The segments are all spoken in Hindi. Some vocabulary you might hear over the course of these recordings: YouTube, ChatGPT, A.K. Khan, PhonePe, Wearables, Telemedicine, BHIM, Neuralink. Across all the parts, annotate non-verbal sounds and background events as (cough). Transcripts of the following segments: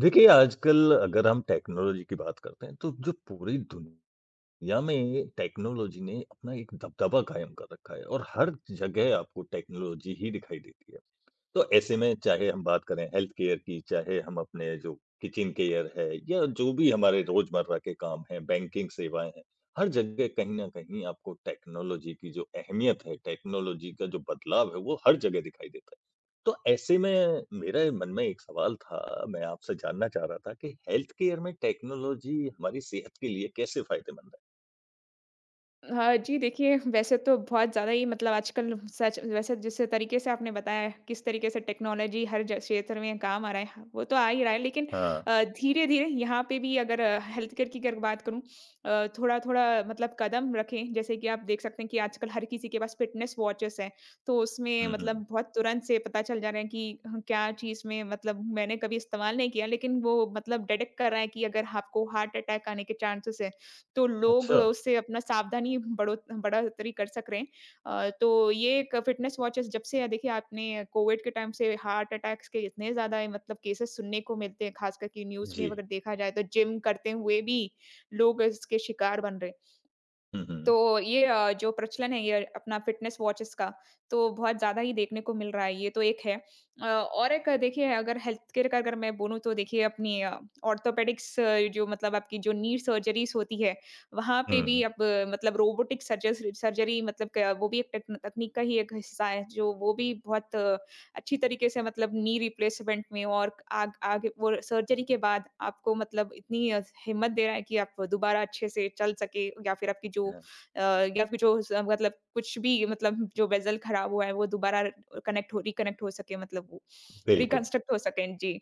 देखिए, आजकल अगर हम टेक्नोलॉजी की बात करते हैं, तो जो पूरी दुनिया में टेक्नोलॉजी ने अपना एक दबदबा कायम कर रखा है और हर जगह आपको टेक्नोलॉजी ही दिखाई देती है। तो ऐसे में चाहे हम बात करें हेल्थ केयर की, चाहे हम अपने जो किचन केयर है या जो भी हमारे रोज़मर्रा के काम हैं, बैंकिंग सेवाएँ हैं, हर जगह कहीं न कहीं आपको टेक्नोलॉजी की जो अहमियत है, टेक्नोलॉजी का जो बदलाव है, वो हर जगह दिखाई देता है। तो ऐसे में मेरे मन में एक सवाल था, मैं आपसे जानना चाह रहा था कि हेल्थ केयर में टेक्नोलॉजी हमारी सेहत के लिए कैसे फ़ायदेमंद है? हाँ जी, देखिए वैसे तो बहुत ज़्यादा ही मतलब आजकल सच वैसे जिस तरीके से आपने बताया किस तरीके से टेक्नोलॉजी हर ज क्षेत्र में काम आ रहा है, हाँ, वो तो आ ही रहा है लेकिन हाँ। धीरे-धीरे यहाँ पे भी अगर हेल्थ केयर की अगर बात करूँ। थोड़ा-थोड़ा मतलब कदम रखें। जैसे कि आप देख सकते हैं कि आजकल हर किसी के पास फ़िटनेस वॉचेस हैं। तो उसमें हुँ, हुँ। मतलब बहुत तुरंत से पता चल जा रहा है कि ह क्या चीज़ में मतलब मैंने कभी इस्तेमाल नहीं किया, लेकिन वो मतलब डिटेक्ट कर रहा है कि अगर आपको हार्ट अटैक आने के चांसेस है। तो लोग अच्छा, उससे अपना सावधानी बढ़ोतरी कर सक रहे हैं। तो ये एक फिटनेस वॉचेस जब से है, देखिए आपने कोविड के टाइम से हार्ट अटैक्स के इतने ज़्यादा मतलब केसेस सुनने को मिलते हैं। खास करके न्यूज़ में जी। अगर देखा जाए तो जिम करते हुए भी लोग इसके शिकार बन रहे हैं। हुँ, तो हुँ। ये जो प्रचलन है ये अपना फ़िटनेस वॉचेस का, तो बहुत ज़्यादा ही देखने को मिल रहा है। ये तो एक है। और एक देखिए अगर हेल्थ केयर का अगर मैं बोलूँ तो देखिए अपनी ऑर्थोपेडिक्स जो मतलब आपकी जो नी सर्जरीज़ होती है। वहाँ पे भी हुँ। अब मतलब रोबोटिक सर्जस सर्जरी मतलब क वो भी एक टेक्न तकनीक का ही एक हिस्सा है, जो वो भी बहुत अच्छी तरीके से मतलब नी रिप्लेसमेंट में और आग आगे वो सर्जरी के बाद आपको मतलब इतनी हिम्मत दे रहा है कि आप दोबारा अच्छे से चल सके, या फिर आपकी जो हाँ, अ, या फिर जो स मतलब कुछ भी मतलब जो वेसल खराब हुआ है वो दोबारा कनेक्ट हो रिकनेक्ट हो सके, मतलब वो बिल्कुल। रिकंस्ट्रक्ट हो सकें। जी।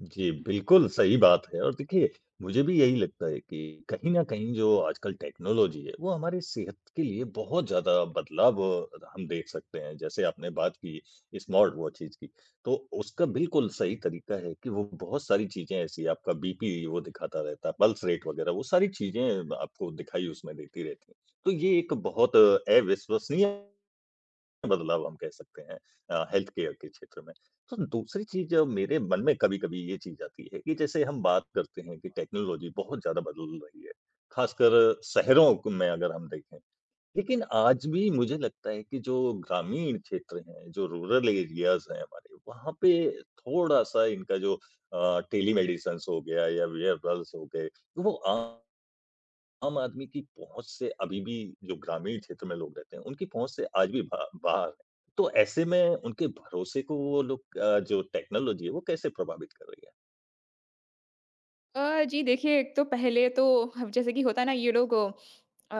जी, बिल्कुल सही बात है और देखिए, मुझे भी यही लगता है कि कहीं न कहीं जो आजकल टेक्नोलॉजी है, वो हमारी सेहत के लिए बहुत ज़्यादा बदलाव हम देख सकते हैं। जैसे आपने बात की स्मार्ट वॉचेज़ की, तो उसका बिल्कुल सही तरीका है कि वो बहुत सारी चीज़ें ऐसी आपका बीपी वो दिखाता रहता है, पल्स रेट वगैरह वो सारी चीज़ें आपको दिखाई उसमें देती रहती हैं। तो ये एक बहुत अविश्वसनीय बदलाव हम कह सकते हैं हेल्थ केयर के क्षेत्र में। तो दूसरी चीज़ मेरे मन में कभी-कभी ये चीज़ आती है कि जैसे हम बात करते हैं कि टेक्नोलॉजी बहुत ज़्यादा बदल रही है, ख़ासकर शहरों क में अगर हम देखें। लेकिन आज भी मुझे लगता है कि जो ग्रामीण क्षेत्र हैं, जो रूरल एरियाज़ हैं हमारे, वहाँ पे थोड़ा-सा इनका जो टेलीमेडिसिन्स हो गया या वेयरबल्स हो गए, वो आ आम आदमी की पहुँच से अभी भी जो ग्रामीण क्षेत्र में लोग रहते हैं, उनकी पहुँच से आज भी बा बाहर है। तो ऐसे में उनके भरोसे को वो लोग जो टेक्नोलॉज़ी है, वो कैसे प्रभावित कर रही है? जी देखिए, एक तो पहले तो अब जैसे कि होता है ना ये लोग अ,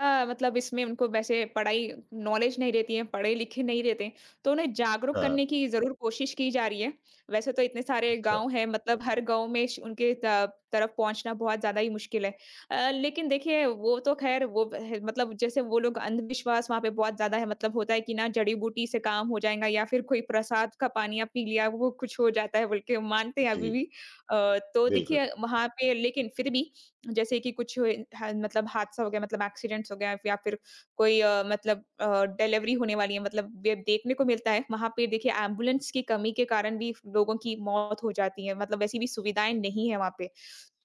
अ, मतलब इसमें उनको वैसे पढ़ाई नॉलेज नहीं रहती है, पढ़े-लिखे नहीं रहते, तो उन्हें जागरूक हाँ, करने की ज़रूर कोशिश की जा रही है। वैसे तो इतने सारे अच्छा। गाँव हैं, मतलब हर गाँव में श उनके त तरफ पहुँचना बहुत ज़्यादा ही मुश्किल है। लेकिन देखिए वो तो ख़ैर वो ह मतलब जैसे वो लोग अंधविश्वास वहाँ पे बहुत ज़्यादा है, मतलब होता है कि ना जड़ी-बूटी से काम हो जाएगा या फिर कोई प्रसाद का पानी आप पी लिया वो कुछ हो जाता है बोल के मानते हैं जी, अभी भी। तो बिल्कुल। देखिए वहाँ पे लेकिन फिर भी जैसे कि कुछ ह मतलब हादसा हो गया, मतलब एक्सीडेंट्स हो गया, या फिर कोई मतलब डिलीवरी होने वाली है, मतलब ये देखने को मिलता है। वहाँ पे देखिए एम्बुलेंस की कमी के कारण भी लोगों की मौत हो जाती है, मतलब वैसी भी सुविधाएँ नहीं है वहाँ पे।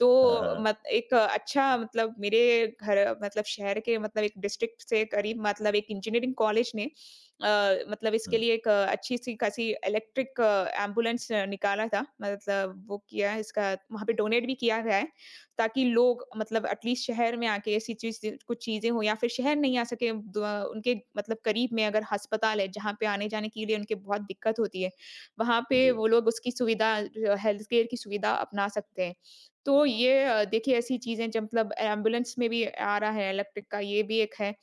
तो हाँ, हाँ। मत एक अच्छा मतलब मेरे घर मतलब शहर के मतलब एक डिस्ट्रिक्ट से करीब मतलब एक इंजीनियरिंग कॉलेज ने मतलब इसके हुँ, लिए एक अच्छी-सी खासी इलेक्ट्रिक एम्बुलेंस निकाला था, मतलब वो किया है, इसका वहाँ पे डोनेट भी किया गया है, ताकि लोग मतलब एटलीस्ट शहर में आके ऐसी चीज़ कुछ चीज़ें हो, या फिर शहर नहीं आ सके द उनके मतलब करीब में अगर अस्पताल है, जहाँ पे आने-जाने के लिए उनके बहुत दिक्कत होती है, वहाँ पे जी। वो लोग उसकी सुविधा हेल्थ केयर की सुविधा अपना सकते हैं। तो ये देखिए ऐसी चीज़ें, जब मतलब एम्बुलेंस में भी आ रहा है इलेक्ट्रिक का, ये भी एक है।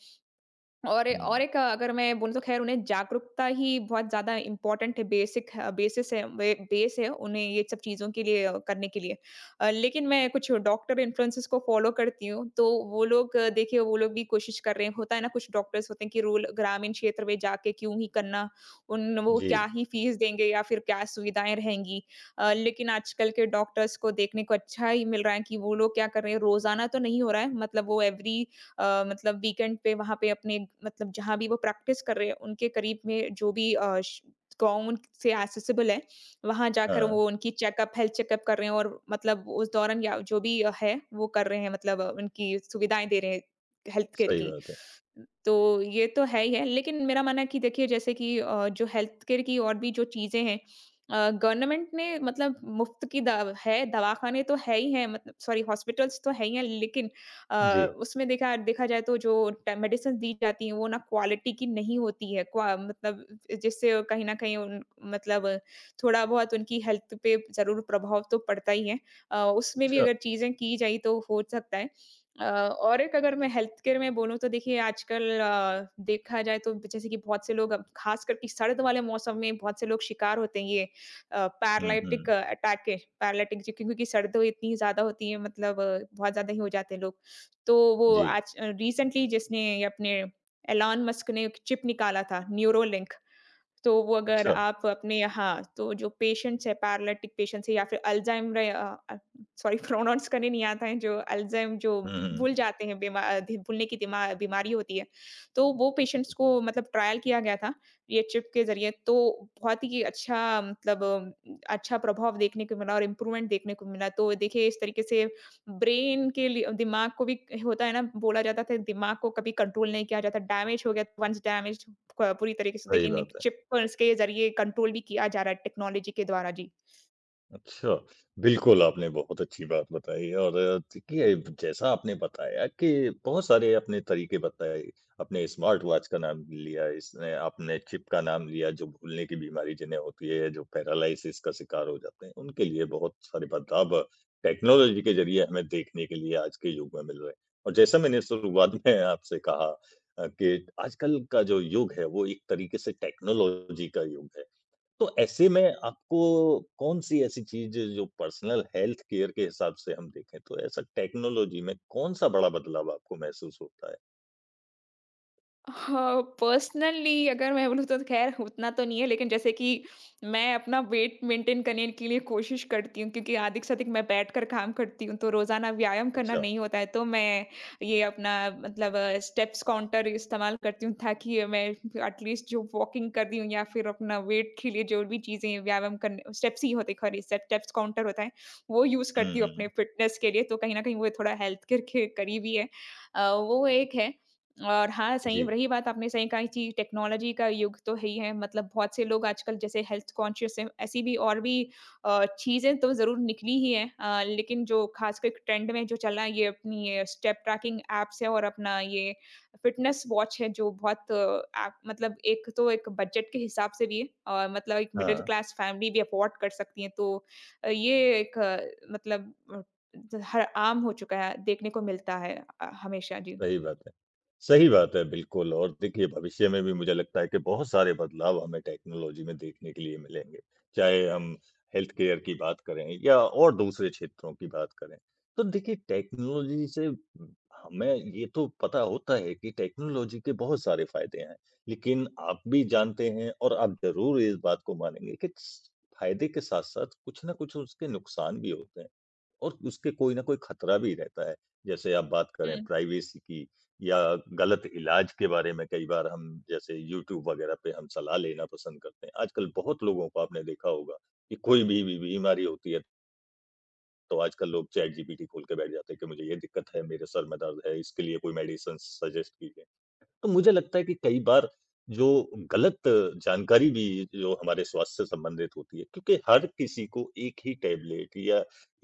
और ए और हुँ, एक अगर मैं बोलूँ तो ख़ैर उन्हें जागरूकता ही बहुत ज़्यादा इम्पोर्टेंट है, बेसिक है बेसिस है वे बेस है उन्हें ये सब चीज़ों के लिए करने के लिए। लेकिन मैं कुछ डॉक्टर इन्फ्लुएंसर्स को फ़ॉलो करती हूँ, तो वो लोग देखिए वो लोग भी कोशिश कर रहे हैं। होता है ना, कुछ डॉक्टर्स होते हैं कि रूल ग्रामीण क्षेत्र में जाके क्यों ही करना, उन वो जी। क्या ही फ़ीस देंगे या फिर क्या सुविधाएँ रहेंगी। लेकिन आजकल के डॉक्टर्स को देखने को अच्छा ही मिल रहा है कि वो लोग क्या कर रहे हैं। रोज़ाना तो नहीं हो रहा है, मतलब वो मतलब वीकेंड पे वहाँ पे अपने मतलब जहाँ भी वो प्रैक्टिस कर रहे हैं, उनके करीब में जो भी गाँव से एक्सेसिबल है, वहां जाकर हाँ, वो उनकी चेकअप हेल्थ चेकअप कर रहे हैं, और मतलब उस दौरान या जो भी है वो कर रहे हैं, मतलब उनकी सुविधाएं दे रहे हैं हेल्थ केयर सही की। बात है। तो ये तो है ही है, लेकिन मेरा मानना है कि देखिए जैसे कि जो हेल्थ केयर की और भी जो चीजें हैं, गवर्नमेंट ने मतलब मुफ्त की दवा है, दवाखाने तो है ही है, मतलब सॉरी हॉस्पिटल्स तो है ही है, लेकिन जी, उसमें देखा देखा जाए तो जो ट मेडिसिन्स दी जाती हैं वो ना क्वालिटी की नहीं होती है, क्वा मतलब जिससे कहीं न कहीं उन मतलब थोड़ा बहुत उनकी हेल्थ पे ज़रूर प्रभाव तो पड़ता ही है। उसमें भी अच्छा। अगर चीज़ें की जाएँ तो हो सकता है। और एक अगर मैं हेल्थ केयर में बोलूँ तो देखिए आजकल देखा जाए तो जैसे कि बहुत से लोग अब ख़ासकर कि सर्द वाले मौसम में बहुत से लोग शिकार होते हैं ये हुँ, पैरालाइटिक हुँ। अटैक के, पैरालाइटिक जो क्योंकि सर्द इतनी ज़्यादा होती है, मतलब बहुत ज़्यादा ही हो जाते हैं लोग। तो वो जी, आज रिसेंटली जिसने ये अपने एलन मस्क ने एक चिप निकाला था न्यूरोलिंक। तो वो अगर अच्छा। आप अपने यहाँ तो जो पेशेंट्स है, पैरालिटिक पेशेंट्स है या फिर अल्जाइमर, सॉरी प्रोनाउंस (laughs) करने नहीं आता है, जो अल्जाइम जो हुँ, हुँ। भूल जाते हैं, बीमार भूलने की बीमारी होती है, तो वो पेशेंट्स को मतलब ट्रायल किया गया था ये चिप के जरिए। तो बहुत ही अच्छा, मतलब अच्छा प्रभाव देखने को मिला और इम्प्रूवमेंट देखने को मिला, तो देखिए इस तरीके से ब्रेन के लिए दिमाग को भी होता है ना, बोला जाता था दिमाग को कभी कंट्रोल नहीं किया जाता, डैमेज हो गया वन्स डैमेज्ड, प पूरी तरीके से सही देखिए निक बात है। चिप्स के ज़रिए कंट्रोल भी किया जा रहा है टेक्नोलॉजी के द्वारा। जी। अच्छा, बिल्कुल आपने बहुत अच्छी बात बताई और देखिए जैसा आपने बताया कि बहुत सारे आपने तरीके बताए, आपने स्मार्ट वॉच का नाम लिया, इसने आपने चिप का नाम लिया जो भूलने की बीमारी जिन्हें होती है, जो पैरालिसिस का शिकार हो जाते हैं, उनके लिए बहुत सारे बदलाव टेक्नोलॉजी के ज़रिए हमें देखने के लिए आज के युग में मिल रहे हैं। और जैसा मैंने शुरुआत में आपसे कहा कि आजकल का जो युग है वो एक तरीके से टेक्नोलॉजी का युग है। तो ऐसे में आपको कौन-सी ऐसी चीज़ जो पर्सनल हेल्थ केयर के हिसाब से हम देखें तो ऐसा टेक्नोलॉजी में कौन-सा बड़ा बदलाव आपको महसूस होता है? हाँ, पर्सनली अगर मैं बोलूँ तो ख़ैर उतना तो नहीं है, लेकिन जैसे कि मैं अपना वेट मेंटेन करने के लिए कोशिश करती हूँ, क्योंकि अधिक से अधिक मैं बैठकर काम करती हूँ, तो रोज़ाना व्यायाम करना अच्छा। नहीं होता है, तो मैं ये अपना मतलब स्टेप्स काउंटर इस्तेमाल करती हूँ, ताकि ये मैं एटलीस्ट जो वॉकिंग कर रही हूँ या फिर अपना वेट के लिए जो भी चीज़ें व्यायाम करने स्टेप्स ही होते, ख़ैर स्टेप्स काउंटर होता है, वो यूज़ हुँ, करती हूँ हुँ, अपने हुँ। फिटनेस के लिए, तो कहीं न कहीं वो थोड़ा हेल्थ केयर के करीब ही है। वो एक है। और हाँ, सही जी। रही बात, आपने सही कहा जी, टेक्नोलॉजी का युग तो है ही है, मतलब बहुत से लोग आजकल जैसे हेल्थ कॉन्शियस हैं, ऐसी भी और भी चीज़ें तो ज़रूर निकली ही हैं। लेकिन जो खासकर ट्रेंड में जो चला है, ये अपनी ये स्टेप ट्रैकिंग ऐप्स है, और अपना ये फिटनेस वॉच है, जो बहुत ऐप मतलब एक तो एक बजट के हिसाब से भी है और मतलब एक मिडल हाँ। क्लास फैमिली भी अफोर्ड कर सकती है। तो ये एक मतलब हर आम हो चुका है, देखने को मिलता है हमेशा। जी। सही बात है। सही बात है, बिल्कुल और देखिए भविष्य में भी मुझे लगता है कि बहुत सारे बदलाव हमें टेक्नोलॉजी में देखने के लिए मिलेंगे। चाहे हम हेल्थ केयर की बात करें या और दूसरे क्षेत्रों की बात करें। तो देखिए टेक्नोलॉजी से हमें ये तो पता होता है कि टेक्नोलॉजी के बहुत सारे फ़ायदे हैं। लेकिन आप भी जानते हैं और आप ज़रूर इस बात को मानेंगे कि स फ़ायदे के साथ-साथ कुछ न कुछ उसके नुकसान भी होते हैं। और उसके कोई ना कोई खतरा भी रहता है। जैसे आप बात करें हुँ, प्राइवेसी की या गलत इलाज के बारे में कई बार हम जैसे यूट्यूब वगैरह पे हम सलाह लेना पसंद करते हैं। आजकल बहुत लोगों को आपने देखा होगा कि कोई भी बी बीमारी होती है तो आजकल लोग चैट जीपीटी खोल के बैठ जाते हैं कि मुझे ये दिक्कत है, मेरे सर में दर्द है, इसके लिए कोई मेडिसिन्स सजेस्ट कीजिए। तो मुझे लगता है कि कई बार जो गलत जानकारी भी जो हमारे स्वास्थ्य से संबंधित होती है, क्योंकि हर किसी को एक ही टैबलेट या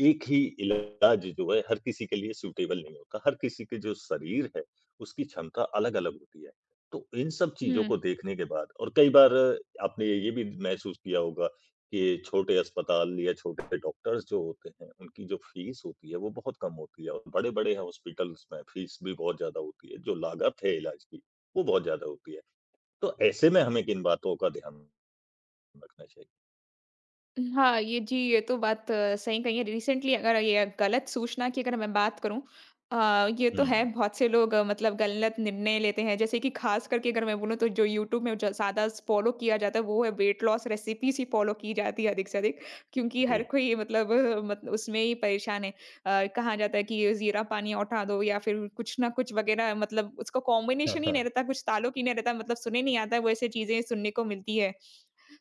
एक ही इलाज जो है, हर किसी के लिए सूटेबल नहीं होता। हर किसी के जो शरीर है, उसकी क्षमता अलग-अलग होती है। तो इन सब चीज़ों हुँ। को देखने के बाद और कई बार आपने ये भी महसूस किया होगा कि छोटे अस्पताल या छोटे डॉक्टर्स जो होते हैं, उनकी जो फीस होती है, वो बहुत कम होती है और बड़े-बड़े हॉस्पिटल्स में फीस भी बहुत ज़्यादा होती है, जो लागत है इलाज की वो बहुत ज़्यादा होती है। तो ऐसे में हमें किन बातों का ध्यान रखना चाहिए? हाँ, ये जी, ये तो बात सही कही है। रिसेंटली अगर ये गलत सूचना की अगर मैं बात करूँ, ये हुँ, तो है, बहुत से लोग मतलब गलत निर्णय लेते हैं। जैसे कि ख़ास करके अगर मैं बोलूँ तो जो यूट्यूब में जो ज़्यादा फ़ॉलो किया जाता है वो है वेट लॉस रेसिपीज़ ही फ़ॉलो की जाती है अधिक से अधिक, क्योंकि जी। हर कोई मतलब मत उसमें ही परेशान है। कहा जाता है कि ज़ीरा पानी उठा दो या फिर कुछ ना कुछ वग़ैरह, मतलब उसका कॉम्बिनेशन ही नहीं (laughs) रहता, कुछ ताल्लुक ही नहीं रहता, मतलब सुने नहीं आता है, वो ऐसी चीज़ें सुनने को मिलती है।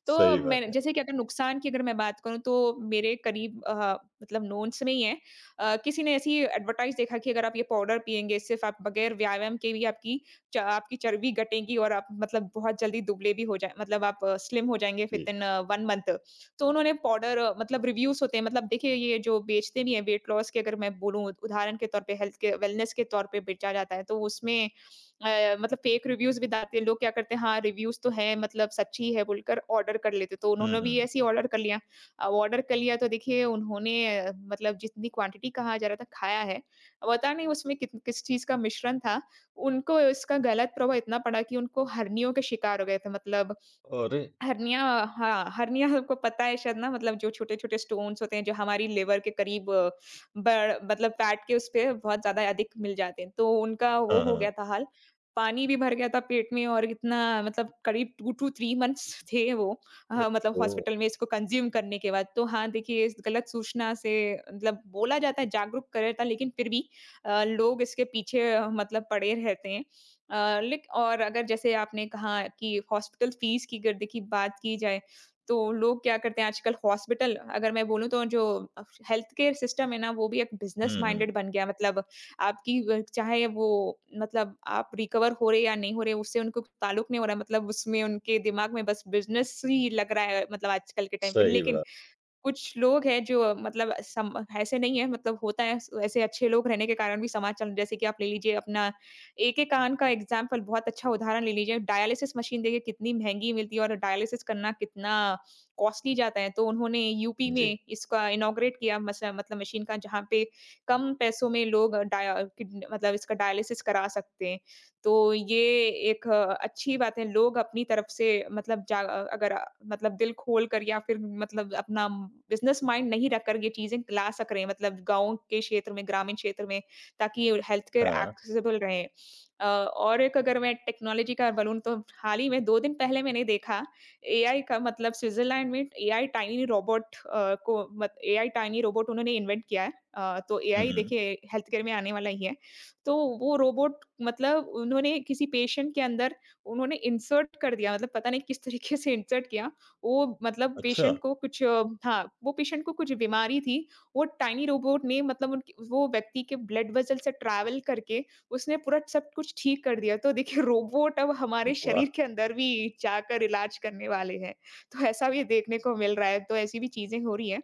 तो सही मैंने बात है। जैसे कि अगर नुकसान की अगर मैं बात करूँ, तो मेरे करीब मतलब नोन्स में ही है। किसी ने ऐसी एडवर्टाइज देखा कि अगर आप ये पाउडर पिएंगे, सिर्फ आप बगैर व्यायाम के भी आपकी आपकी चर्बी घटेगी और आप मतलब बहुत जल्दी दुबले भी हो जाए, मतलब आप स्लिम हो जाएंगे विद जी। In 1 month. तो उन्होंने पाउडर मतलब रिव्यूज होते हैं, मतलब देखिए ये जो बेचते भी हैं वेट लॉस के अगर मैं बोलूँ, उदाहरण के तौर पे हेल्थ के वेलनेस के तौर पे बेचा जाता है, तो उसमें मतलब फेक रिव्यूज़ भी डालते हैं। लोग क्या करते हैं, हाँ, रिव्यूज़ तो हैं मतलब सच्ची है बोलकर ऑर्डर कर लेते हैं, तो हुँ, उन्होंने भी हुँ। ऐसे ही ऑर्डर कर लिया। अब ऑर्डर कर लिया, तो देखिए उन्होंने मतलब जितनी क्वांटिटी कहा जा रहा था खाया है, अब पता नहीं उसमें कित किस चीज़ का मिश्रण था, उनको इसका गलत प्रभाव इतना पड़ा कि उनको हर्नियों के शिकार हो गए थे मतलब और हर्निया। हाँ, हर्निया आपको पता है शायद ना मतलब जो छोटे-छोटे स्टोन्स होते हैं, जो हमारी लिवर के करीब बड़ मतलब फैट के उस पे बहुत ज़्यादा अधिक मिल जाते हैं। तो उनका वो हाँ, हो हाँ। गया था हाल। पानी भी भर गया था पेट में और इतना मतलब करीब 2 टू 3 मंथ्स (laughs) थे वो मतलब ओह! हॉस्पिटल में इसको कंज़्यूम करने के बाद। तो हाँ, देखिए इस गलत सूचना से मतलब बोला जाता है जागरूक करा था, लेकिन फिर भी लोग इसके पीछे मतलब पड़े रहते हैं। अ, लिक और अगर जैसे आपने कहा कि हॉस्पिटल फ़ीस की अगर देखिए बात की जाए, तो लोग क्या करते हैं आजकल हॉस्पिटल अगर मैं बोलूँ तो जो अ, हेल्थ केयर सिस्टम है ना, वो भी एक बिज़नेस हुँ, हुँ। माइंडेड बन गया मतलब आपकी व चाहे वो मतलब आप रिकवर हो रहे या नहीं हो रहे, उससे उनको ताल्लुक नहीं हो रहा मतलब उसमें उनके दिमाग में बस बिज़नेस ही लग रहा है मतलब आजकल के टाइम पे। सही लेकिन बात। कुछ लोग हैं जो मतलब सम ऐसे नहीं है मतलब होता है, ऐसे अच्छे लोग रहने के कारण भी समाज चल जैसे कि आप ले लीजिए अपना, एके खान का एग्जाम्पल बहुत अच्छा उदाहरण ले लीजिए। डायलिसिस मशीन देखिए कितनी महँगी मिलती है और डायलिसिस करना कितना कॉस्टली जाता है। तो उन्होंने यूपी जी। में इसका इनॉग्रेट किया मस मतलब मशीन का, जहाँ पे कम पैसों में लोग डाया किड मतलब इसका डायलिसिस करा सकते हैं। तो ये एक अच्छी बात है, लोग अपनी तरफ से मतलब जा अगर मतलब दिल खोल कर या फिर मतलब अपना बिज़नेस माइंड नहीं रख कर ये चीज़ें ला सक रहे हैं मतलब गाँव के क्षेत्र में, ग्रामीण क्षेत्र में, ताकि हेल्थ केयर हाँ। एक्सेसिबल रहे। और एक अगर मैं टेक्नोलॉजी का बोलूँ तो हाल ही में 2 दिन पहले मैंने देखा एआई का मतलब, स्विट्ज़रलैंड में एआई टाइनी रोबोट अ, को मत एआई टाइनी रोबोट उन्होंने इन्वेंट किया है। तो हुँ, एआई हुँ। देखिए हेल्थ केयर में आने वाला ही है। तो वो रोबोट मतलब उन्होंने किसी पेशेंट के अंदर उन्होंने इंसर्ट कर दिया मतलब पता नहीं किस तरीके से इंसर्ट किया। वो मतलब अच्छा! पेशेंट को कुछ हाँ, वो पेशेंट को कुछ बीमारी थी, वो टाइनी रोबोट ने मतलब उनकी वो व्यक्ति के ब्लड वेसल से ट्रैवल करके उसने पूरा सब कुछ ठीक कर दिया। तो देखिए रोबोट अब हमारे वाह! शरीर के अंदर भी जाकर इलाज करने वाले हैं। तो ऐसा भी देखने को मिल रहा है, तो ऐसी भी चीज़ें हो रही हैं।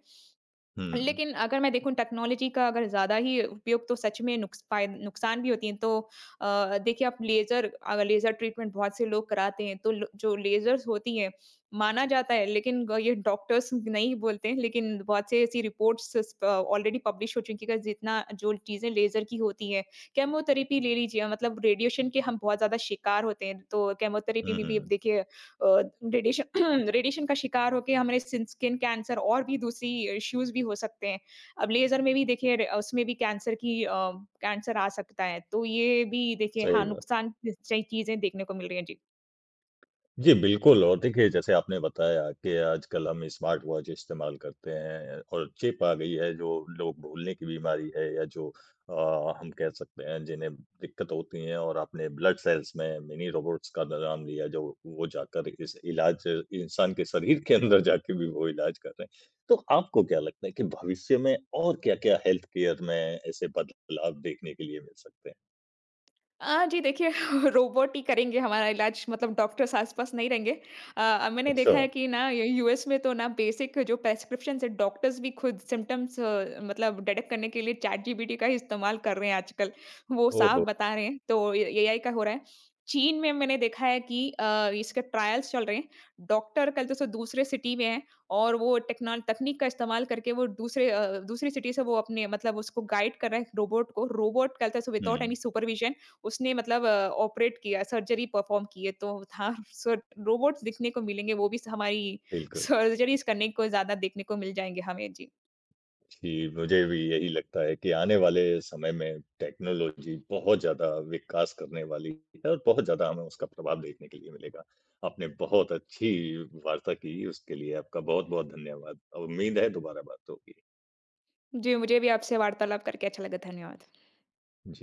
हुँ। लेकिन अगर मैं देखूँ टेक्नोलॉजी का अगर ज़्यादा ही उपयोग तो सच में नुक्स फाय नुकसान भी होती हैं। तो देखिए आप लेज़र अगर लेज़र ट्रीटमेंट बहुत से लोग कराते हैं, तो लो जो लेज़र्स होती हैं, माना जाता है लेकिन ग ये डॉक्टर्स नहीं बोलते हैं, लेकिन बहुत से ऐसी रिपोर्ट्स स प ऑलरेडी पब्लिश हो चुकी है, कि जितना जो चीज़ें लेज़र की होती हैं, केमोथेरेपी ले लीजिए मतलब रेडिएशन के हम बहुत ज़्यादा शिकार होते हैं। तो केमोथेरेपी हुँ, में भी अब हुँ। देखिए अ, रेडिएशन रेडिएशन (clears throat) का शिकार होके हमारे सिन स्किन कैंसर और भी दूसरी इश्यूज़ भी हो सकते हैं। अब लेज़र में भी देखिए र उसमें भी कैंसर की कैंसर आ सकता है। तो ये भी देखिए हाँ, सही बात। नुकसान जैसी चीज़ें देखने को मिल रही हैं। जी। जी, बिल्कुल और देखिए जैसे आपने बताया कि आजकल हम स्मार्ट वॉच इस्तेमाल करते हैं और चिप आ गई है जो लोग भूलने की बीमारी है या जो अ, हम कह सकते हैं जिन्हें दिक्कत होती है और आपने ब्लड सेल्स में मिनी रोबोट्स का नाम लिया जो वो जाकर इस इलाज इंसान के शरीर के अंदर जाके भी वो इलाज कर रहे हैं। तो आपको क्या लगता है कि भविष्य में और क्या-क्या हेल्थ केयर में ऐसे बदलाव देखने के लिए मिल सकते हैं? जी देखिए (laughs) रोबोट ही करेंगे हमारा इलाज मतलब डॉक्टर्स आस-पास नहीं रहेंगे। मैंने अच्छा, देखा है कि ना, ये यूएस में तो ना बेसिक जो प्रिस्क्रिप्शंस है डॉक्टर्स भी खुद सिम्पटम्स मतलब डिटेक्ट करने के लिए चैट जीपीटी का ही इस्तेमाल कर रहे हैं आजकल। वो साफ ओहो! बता रहे हैं तो ए एआई का हो रहा है। चीन में मैंने देखा है कि इसके ट्रायल्स चल रहे हैं। डॉक्टर कल तो सो दूसरे सिटी में है और वो टेक्नॉल तकनीक का इस्तेमाल करके वो दूसरी सिटी से वो अपने मतलब उसको गाइड कर रहा है रोबोट को। रोबोट कल तक सो विथआउट हुँ, एनी सुपरविजन उसने मतलब ऑपरेट किया, सर्जरी परफ़ॉर्म की है, तो हाँ, सो रोबोट्स दिखने को मिलेंगे, वो भी स हमारी बिल्कुल। सर्जरीज़ करने को ज़्यादा देखने को मिल जाएँगे हमें। जी। जी, मुझे भी यही लगता है कि आने वाले समय में टेक्नोलॉजी बहुत ज़्यादा विकास करने वाली है और बहुत ज़्यादा हमें उसका प्रभाव देखने के लिए मिलेगा। आपने बहुत अच्छी वार्ता की, उसके लिए आपका बहुत-बहुत धन्यवाद। उम्मीद है दोबारा बात होगी। जी, मुझे भी आपसे वार्तालाप करके अच्छा लगा। धन्यवाद। जी।